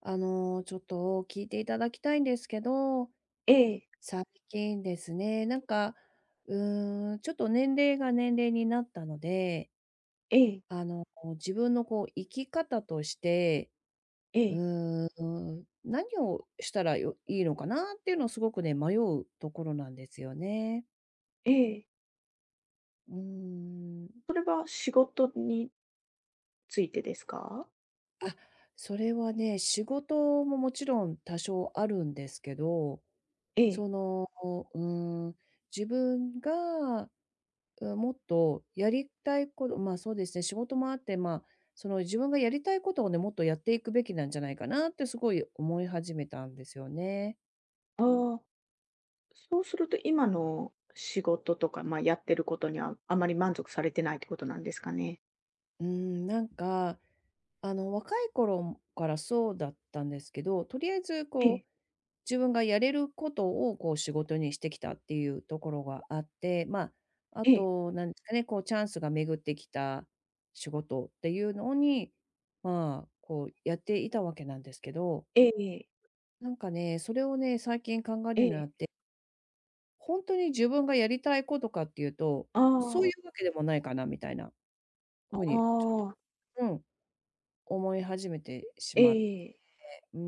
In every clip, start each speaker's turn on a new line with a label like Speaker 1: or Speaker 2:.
Speaker 1: ちょっと聞いていただきたいんですけど、
Speaker 2: ええ、
Speaker 1: 最近ですね、うちょっと年齢が年齢になったので、
Speaker 2: ええ、
Speaker 1: あの、自分のこう生き方として、
Speaker 2: え
Speaker 1: う
Speaker 2: え、
Speaker 1: 何をしたらよいいのかなっていうのをすごくね、迷うところなんですよね。
Speaker 2: ええ。
Speaker 1: うーん。
Speaker 2: それは仕事についてですか？
Speaker 1: あ、それはね、仕事ももちろん多少あるんですけど、
Speaker 2: ええ。
Speaker 1: その、うーん、自分がうん、もっとやりたいことそうですね、仕事もあって、その自分がやりたいことをね、もっとやっていくべきなんじゃないかなってすごい思い始めたんですよね。
Speaker 2: ああ、そうすると今の仕事とか、まあ、やってることにはあまり満足されてないってことなんですかね？
Speaker 1: うん、なんか、若い頃からそうだったんですけど、とりあえず
Speaker 2: え
Speaker 1: こ
Speaker 2: え、
Speaker 1: う、自分がやれることをこう仕事にしてきたっていうところがあって、あ、あ
Speaker 2: ええ、
Speaker 1: となんですかね、こうチャンスが巡ってきた仕事っていうのに、こうやっていたわけなんですけど、
Speaker 2: ええ、
Speaker 1: なんかね、それをね、最近考え
Speaker 2: え
Speaker 1: るようにな
Speaker 2: え。
Speaker 1: って、本当に自分がやりたいことかっていうと、
Speaker 2: あ
Speaker 1: そうい
Speaker 2: あ、
Speaker 1: うわけでもないかなみたいなふ
Speaker 2: あ
Speaker 1: うに、
Speaker 2: あ、
Speaker 1: うん、思い始めてし
Speaker 2: え
Speaker 1: まっ
Speaker 2: え。
Speaker 1: て。うー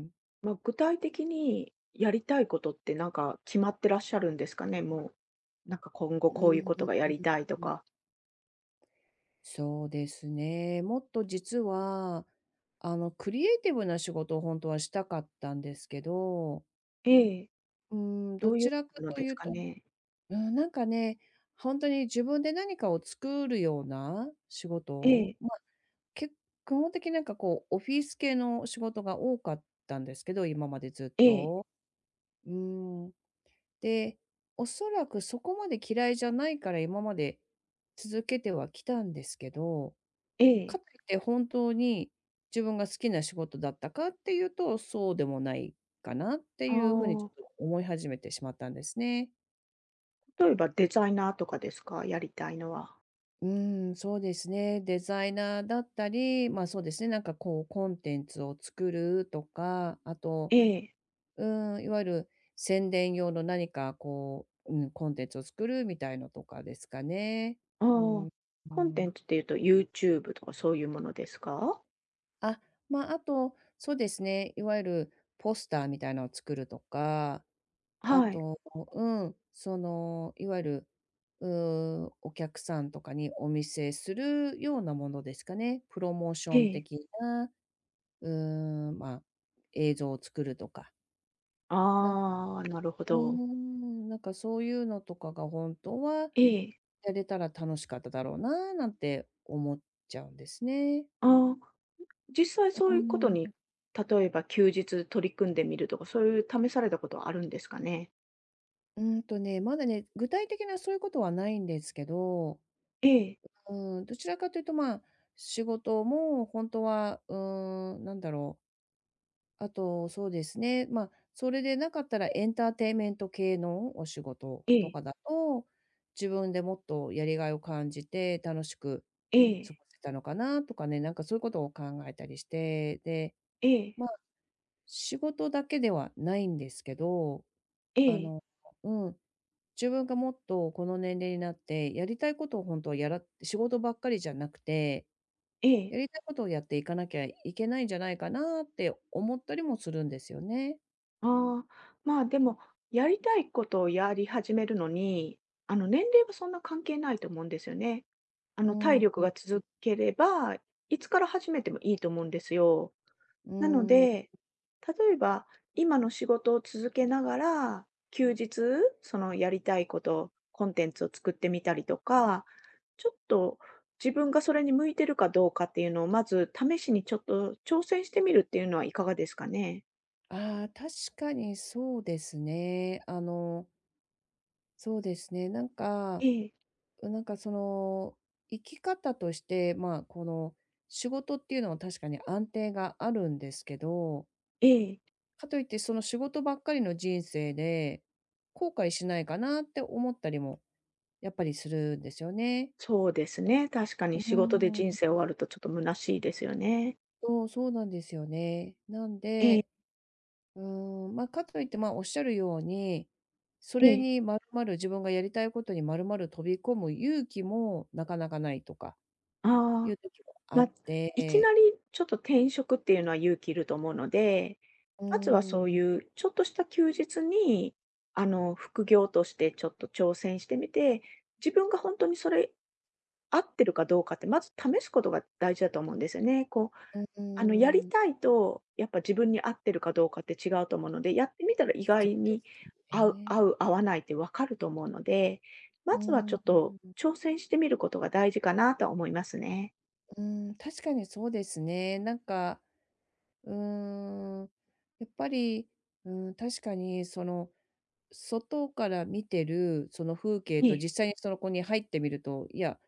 Speaker 1: ん。
Speaker 2: まあ、具体的にやりたいことってなんか決まってらっしゃるんですかね？もう、なんか今後
Speaker 1: う
Speaker 2: こういう
Speaker 1: ー
Speaker 2: こと
Speaker 1: ん、
Speaker 2: がやりたいとか。
Speaker 1: そうですね。もっと実は、クリエイティブな仕事を本当はしたかったんですけど、
Speaker 2: ええ、
Speaker 1: うー
Speaker 2: ど
Speaker 1: ど
Speaker 2: ういう
Speaker 1: ちらか
Speaker 2: もの
Speaker 1: と
Speaker 2: です
Speaker 1: いう
Speaker 2: か
Speaker 1: と、
Speaker 2: ね？
Speaker 1: うん、なんかね、本当に自分で何かを作るような仕
Speaker 2: え
Speaker 1: 事、
Speaker 2: え、
Speaker 1: 基本的になんかこう、オフィス系の仕事が多かったんですけど、今までずっ
Speaker 2: ええ、
Speaker 1: と。うーん。で、おそらくそこまで嫌いじゃないから今まで続けてはきたんですけど、
Speaker 2: え
Speaker 1: か
Speaker 2: え。
Speaker 1: といって本当に自分が好きな仕事だったかっていうと、そうでもないかなって
Speaker 2: あ
Speaker 1: いうふうにちょ
Speaker 2: あ、
Speaker 1: っと思い始めてしまったんですね。
Speaker 2: 例えばデザイナーとかですか？やりたいのは。
Speaker 1: うーん、そうですね。デザイナーだったり、まあそうですね。なんかこうコンテンツを作るとか、あと
Speaker 2: ええ、
Speaker 1: ういわゆる宣伝用の何かこう、コンテンツを作るみたいのとかですかね。
Speaker 2: あ
Speaker 1: う
Speaker 2: あ。
Speaker 1: ん、う
Speaker 2: コンテ
Speaker 1: ん。
Speaker 2: ンツっていうとユーチューブとかそういうものですか？
Speaker 1: あ、まあ、あと、そうですね、いわゆるポスターみたいなのを作るとか、あ
Speaker 2: はい。
Speaker 1: と、いわゆる、うお客さんとかにお見せするようなものですかね。プロモーシ
Speaker 2: え
Speaker 1: ョン
Speaker 2: え。
Speaker 1: 的な、まあ、映像を作るとか、なんか
Speaker 2: ああ、なるほど。
Speaker 1: なんかそういうのとかが本当は
Speaker 2: ええ。
Speaker 1: やれたら楽しかっただろうななんて思っちゃうんですね。
Speaker 2: ああ、実際
Speaker 1: う
Speaker 2: そういうこ
Speaker 1: ー
Speaker 2: とに、
Speaker 1: ん。
Speaker 2: 例えば休日取り組んでみるとか、そういう試されたことはあるんですかね？
Speaker 1: うんとね、まだね、具体的なそういうことはないんですけど、
Speaker 2: ええ、
Speaker 1: どちらかというと、まあ、仕事も本当は、なんだろう、あと、そうですね、まあ、それでなかったらエンターテインメント系のお仕事
Speaker 2: え
Speaker 1: と
Speaker 2: え、
Speaker 1: かだと、自分でもっとやりがいを感じて楽しく
Speaker 2: え
Speaker 1: 過
Speaker 2: え、
Speaker 1: ごせたのかなとかね、なんかそういうことを考えたりして、で、
Speaker 2: ええ、
Speaker 1: まあ仕事だけではないんですけど、
Speaker 2: え
Speaker 1: あ
Speaker 2: え、
Speaker 1: の、うん、自分がもっとこの年齢になって、やりたいことを本当はやら仕事ばっかりじゃなくて、
Speaker 2: ええ。
Speaker 1: やりたいことをやっていかなきゃいけないんじゃないかなって思ったりもするんですよね。
Speaker 2: ああ、まあ、でも、やりたいことをやり始めるのに、あの、年齢はそんな関係ないと思うんですよね。あ
Speaker 1: う
Speaker 2: の、体
Speaker 1: ん、
Speaker 2: 力が続ければ、いつから始めてもいいと思うんですよ。
Speaker 1: う
Speaker 2: なの
Speaker 1: ん。
Speaker 2: で、例えば、今の仕事を続けながら、休日、そのやりたいこと、コンテンツを作ってみたりとか、ちょっと自分がそれに向いてるかどうかっていうのを、まず試しにちょっと挑戦してみるっていうのはいかがですかね？
Speaker 1: ああ、確かにそうですね。そうですね。
Speaker 2: ええ、
Speaker 1: なんかその、生き方として、まあ、この、仕事っていうのは確かに安定があるんですけど、
Speaker 2: ええ。
Speaker 1: かといって、その仕事ばっかりの人生で、後悔しないかなって思ったりもやっぱりするんですよね。
Speaker 2: そうですね、確かに
Speaker 1: うー
Speaker 2: 仕事で人
Speaker 1: ん、
Speaker 2: 生終わるとちょっと虚しいですよね。
Speaker 1: そうなんですよね。なん
Speaker 2: ええ
Speaker 1: で、まあ、かといって、まあ、おっしゃるように、そ
Speaker 2: え
Speaker 1: れ
Speaker 2: え。
Speaker 1: にまるまる自分がやりたいことにまるまる飛び込む勇気もなかなかないとかい
Speaker 2: ああ、
Speaker 1: う時もあっ
Speaker 2: ま、いき
Speaker 1: て、
Speaker 2: なりちょっと転職っていうのは勇気いると思うので、
Speaker 1: うー
Speaker 2: まずは
Speaker 1: ん、
Speaker 2: そう
Speaker 1: う
Speaker 2: いうちょっとした休日に、あの、副業としてちょっと挑戦してみて、自分が本当にそれ合ってるかどうかって、まず試すことが大事だと思うんですよね。こう
Speaker 1: ー
Speaker 2: あの、やり
Speaker 1: ん、
Speaker 2: たいと、やっぱ自分に合ってるかどうかって違うと思うので、やってみたら意
Speaker 1: そ
Speaker 2: 外
Speaker 1: うで
Speaker 2: に
Speaker 1: すね。
Speaker 2: 合わないってわかると思うので、
Speaker 1: う
Speaker 2: まずはち
Speaker 1: ー
Speaker 2: ょっと
Speaker 1: ん、
Speaker 2: 挑戦してみることが大事かなとは思いますね。
Speaker 1: うー確かにそうですね。うーん、やっぱり、うん、確かにその、外から見てるその風景
Speaker 2: え
Speaker 1: と
Speaker 2: え、
Speaker 1: 実際にその子に入ってみると、いや、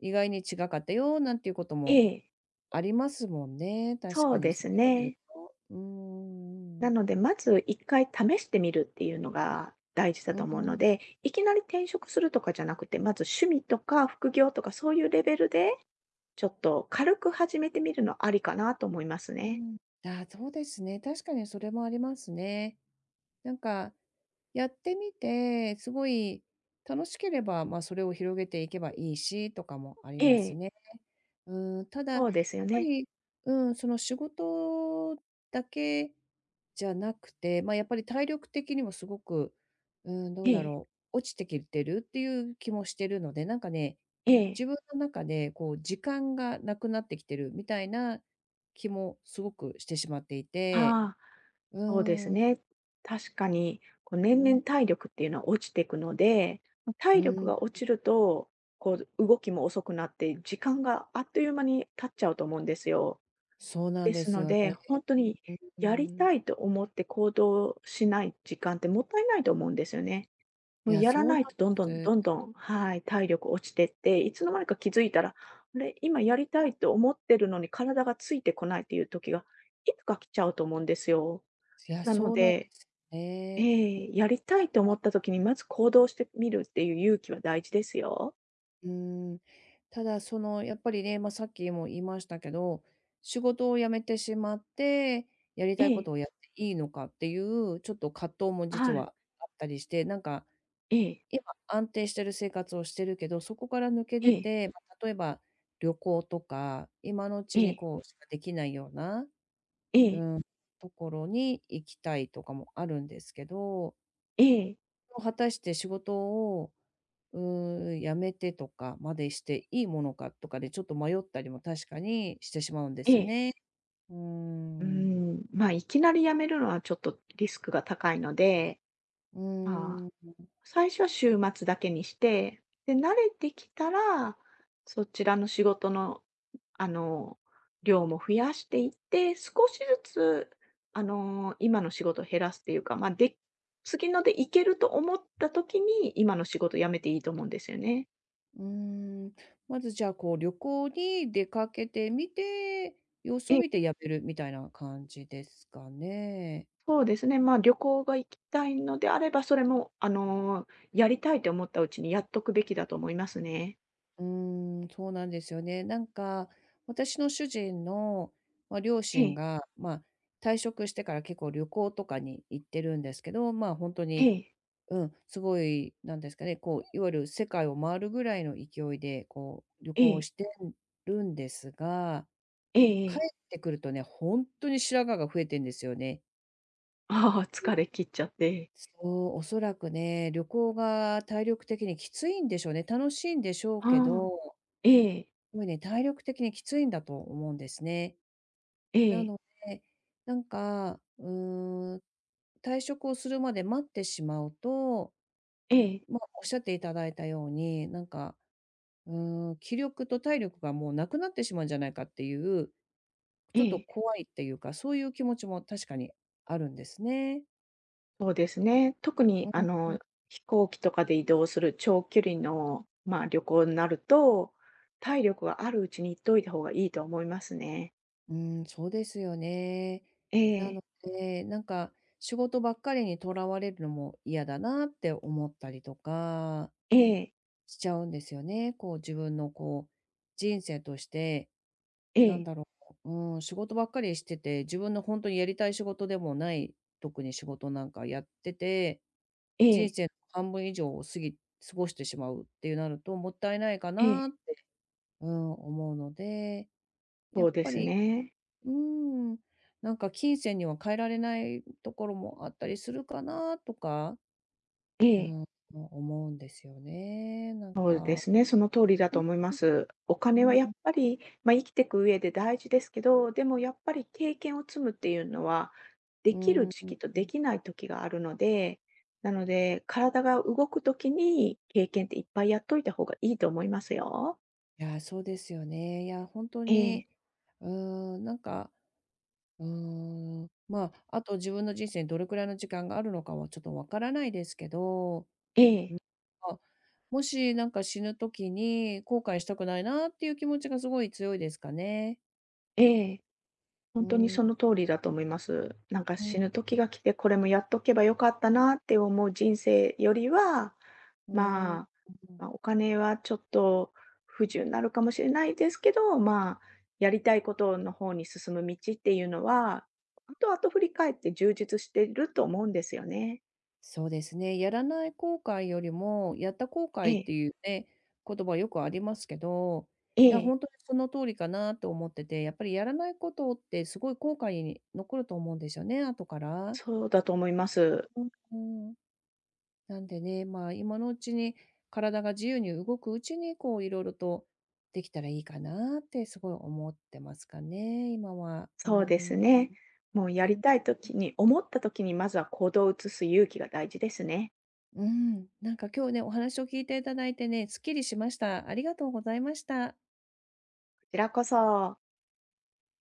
Speaker 1: 意外に違かったよなんていうこと
Speaker 2: え
Speaker 1: も
Speaker 2: え、
Speaker 1: ありますもんね、確
Speaker 2: そ
Speaker 1: か
Speaker 2: う
Speaker 1: に
Speaker 2: で
Speaker 1: そう
Speaker 2: す
Speaker 1: 言われる
Speaker 2: ね。
Speaker 1: と。
Speaker 2: なので、まず1回試してみるっていうのが大事だ
Speaker 1: う
Speaker 2: と
Speaker 1: ん
Speaker 2: 思う
Speaker 1: う
Speaker 2: ので、
Speaker 1: ん。
Speaker 2: いきなり転職するとかじゃなくて、まず趣味とか副業とかそういうレベルで、ちょっと軽く始めてみるのありかなと思いますね。
Speaker 1: あそうですね、確かにそれもありますね。なんか、やってみて、すごい楽しければ、まあ、それを広げていけばいいしとかもあり
Speaker 2: え
Speaker 1: ます
Speaker 2: え、
Speaker 1: ね。うん、ただ、やっ
Speaker 2: そうですよ
Speaker 1: ぱ
Speaker 2: ね。
Speaker 1: り、うん、その仕事だけじゃなくて、まあ、やっぱり体力的にもすごく、うん、ど
Speaker 2: え
Speaker 1: うだ
Speaker 2: え。
Speaker 1: ろう、落ちてきてるっていう気もしてるので、なんかね、
Speaker 2: ええ。
Speaker 1: 自分の中でこう時間がなくなってきてるみたいな気もすごくしてしまっていて、
Speaker 2: ああ、
Speaker 1: う
Speaker 2: そうです
Speaker 1: ーん、
Speaker 2: ね。確かに、こう
Speaker 1: う
Speaker 2: 年
Speaker 1: ん、
Speaker 2: 々体力っていうのは落ちていくので、ま
Speaker 1: う
Speaker 2: 体力
Speaker 1: ん、
Speaker 2: が落ちると、こう動きも遅くなって、時間があっという間に経っちゃうと思うんですよ。
Speaker 1: そうなん
Speaker 2: で
Speaker 1: で
Speaker 2: す
Speaker 1: す
Speaker 2: の
Speaker 1: よ
Speaker 2: で、
Speaker 1: ね。
Speaker 2: 本当に
Speaker 1: う
Speaker 2: やり
Speaker 1: ん。
Speaker 2: たいと思って行動しない時間ってもったいないと思うんですよね。
Speaker 1: い
Speaker 2: もう
Speaker 1: や、
Speaker 2: やら
Speaker 1: そうな
Speaker 2: な
Speaker 1: ん
Speaker 2: いとどんどん
Speaker 1: で
Speaker 2: どん
Speaker 1: す。
Speaker 2: どん、はい、体力落ちてって、いつの間にか気づいたら、あれ、今やりたいと思ってるのに体がついてこないっていう時が、いつか来ちゃうと思うんですよ。
Speaker 1: いや、
Speaker 2: なの
Speaker 1: そうなんで
Speaker 2: で、
Speaker 1: すよね。
Speaker 2: ええ、やりたいと思った時にまず行動してみるっていう勇気は大事ですよ。
Speaker 1: うーん、ただそのやっぱりね、まあ、さっきも言いましたけど、仕事を辞めてしまって、やり
Speaker 2: え
Speaker 1: たいこ
Speaker 2: え、
Speaker 1: とをやっていいのかっていうちょっと葛藤も実
Speaker 2: はい、
Speaker 1: はあったりして、なんか
Speaker 2: ええ、
Speaker 1: 今安定してる生活をしてるけど、そこから抜け
Speaker 2: え
Speaker 1: 出
Speaker 2: え、
Speaker 1: て、まあ、例えば旅行とか、今のう
Speaker 2: え
Speaker 1: ちに
Speaker 2: え、
Speaker 1: こうしかできないような、
Speaker 2: ええ、
Speaker 1: うん、ところに行きたいとかもあるんですけど、
Speaker 2: ええ、
Speaker 1: 果たして仕事をやめてとかまでしていいものかとかでちょっと迷ったりも確かにしてしまうんで
Speaker 2: え
Speaker 1: すよ
Speaker 2: え。
Speaker 1: ね。うー
Speaker 2: うー
Speaker 1: ん。
Speaker 2: ん、まあ、いきなりやめるのはちょっとリスクが高いので、
Speaker 1: う
Speaker 2: まあ
Speaker 1: ーん。
Speaker 2: 最初は週末だけにして、で、慣れてきたら、そちらの仕事の、あの、量も増やしていって、少しずつ、あの、今の仕事を減らすっていうか、まあ、で次のでいけると思った時に、今の仕事辞めていいと思うんですよね。
Speaker 1: うーん。まずじゃあ、こう、旅行に出かけてみて、様子
Speaker 2: え
Speaker 1: を
Speaker 2: え、
Speaker 1: 見てやめるみたいな感じですかね。
Speaker 2: そうですね。まあ、旅行が行きたいのであれば、それも、あの、やりたいと思ったうちにやっとくべきだと思いますね。
Speaker 1: うーん、そうなんですよね。なんか、私の主人の、まあ、両
Speaker 2: え
Speaker 1: 親
Speaker 2: え、
Speaker 1: が、まあ、退職してから結構旅行とかに行ってるんですけど、まあ、本当
Speaker 2: え
Speaker 1: に
Speaker 2: え、
Speaker 1: うん、すごい、なんですかね、こう、いわゆる世界を回るぐらいの勢いで、こう、旅
Speaker 2: え
Speaker 1: 行を
Speaker 2: え、
Speaker 1: してるんですが、
Speaker 2: ええ
Speaker 1: 帰
Speaker 2: ええ。
Speaker 1: ってくるとね、ほんとに白髪が増えてんですよね。
Speaker 2: ああ、疲れ切っちゃって。
Speaker 1: そう、おそらくね、旅行が体力的にきついんでしょうね。楽しいんでしょうけ
Speaker 2: ああ、
Speaker 1: ど、
Speaker 2: ええ、
Speaker 1: すごいね、体力的にきついんだと思うんですね。
Speaker 2: え
Speaker 1: な
Speaker 2: え、
Speaker 1: ので、なんか、うーん、退職をするまで待ってしまうと、
Speaker 2: ええ、
Speaker 1: ま、おっしゃっていただいたように、う気力と体力がもうなくなってしまうんじゃないかっていう、
Speaker 2: え
Speaker 1: ちょっと
Speaker 2: え、
Speaker 1: 怖いっていうか、そういう気持ちも確かにあるんですね。
Speaker 2: そうですね。特に
Speaker 1: う
Speaker 2: あ
Speaker 1: ん、
Speaker 2: の、飛行機とかで移動する長距離の、まあ、旅行になると、体力があるうちに行っといた方がいいと思いますね。
Speaker 1: そうですよね。
Speaker 2: え
Speaker 1: な
Speaker 2: え、
Speaker 1: ので、なんか仕事ばっかりにとらわれるのも嫌だなって思ったりとか
Speaker 2: ええ、
Speaker 1: しちゃうんですよね。こう自分のこう人生として
Speaker 2: え
Speaker 1: なん
Speaker 2: え、
Speaker 1: だろう、仕事ばっかりしてて、自分の本当にやりたい仕事でもない、特に仕事なんかやってて、
Speaker 2: え
Speaker 1: 人
Speaker 2: え、
Speaker 1: 生の半分以上を過ぎ過ごしてしまうっていうなると、もったいないか
Speaker 2: え
Speaker 1: なっ
Speaker 2: え、
Speaker 1: て、うん、思うので、や
Speaker 2: そ
Speaker 1: っ
Speaker 2: うで
Speaker 1: ぱ
Speaker 2: す
Speaker 1: り、
Speaker 2: ね。
Speaker 1: うーん、なんか金銭には変えられないところもあったりするかなとか、
Speaker 2: え
Speaker 1: う
Speaker 2: え。
Speaker 1: ん、思うんですよね、なん
Speaker 2: そうで
Speaker 1: か。
Speaker 2: すね、その通りだと
Speaker 1: う
Speaker 2: 思います。お
Speaker 1: ん、
Speaker 2: 金
Speaker 1: う
Speaker 2: はやっ
Speaker 1: ん。
Speaker 2: ぱり、まあ、生きていく上で大事ですけど、でもやっぱり経験を積むっていうのは、で
Speaker 1: う
Speaker 2: きる
Speaker 1: ん。
Speaker 2: 時期とできない時があるので、なので、体が動く時に経験っていっぱいやっといた方がいいと思いますよ。
Speaker 1: いやー、そうですよね。いや、本当
Speaker 2: ええ、
Speaker 1: に、うーん、なんか、うーまあ、あと自分の人生にどれくらいの時間があるのかはちょっとわからないですけど、
Speaker 2: え
Speaker 1: う
Speaker 2: え、
Speaker 1: ん、あ、もしなんか死ぬ時に後悔したくないなっていう気持ちがすごい強いですかね。
Speaker 2: ええ、
Speaker 1: う
Speaker 2: 本当に
Speaker 1: ん、
Speaker 2: その通りだと思います。なんか
Speaker 1: う
Speaker 2: 死ぬ時が来て、これもやっとけばよかったなって思う人生よりは
Speaker 1: ん、うん。
Speaker 2: まあ、ま、お金はちょっと不自由になるかもしれないですけど、まあ、やりたいことの方に進む道っていうのは、後々振り返って充実してると思うんですよね。
Speaker 1: そうですね。やらない後悔よりも、やった後
Speaker 2: え
Speaker 1: 悔っ
Speaker 2: え、
Speaker 1: ていうね、言葉よくありますけど、
Speaker 2: え
Speaker 1: いや、
Speaker 2: え、
Speaker 1: 本当にその通りかなと思ってて、やっぱりやらないことってすごい後悔に残ると思うんですよね、後から。
Speaker 2: そうだと思います。
Speaker 1: うんなんでね、まあ、今のうちに体が自由に動くうちに、こういろいろとできたらいいかなってすごい思ってますかね、今は。
Speaker 2: そうで
Speaker 1: ん。
Speaker 2: すね。もう
Speaker 1: う
Speaker 2: やり
Speaker 1: ん。
Speaker 2: たい時に思った時にまずは行動を移す勇気が大事ですね。
Speaker 1: うん、なんか今日ね、お話を聞いていただいてね、すっきりしました。ありがとうございました。
Speaker 2: こちらこそ。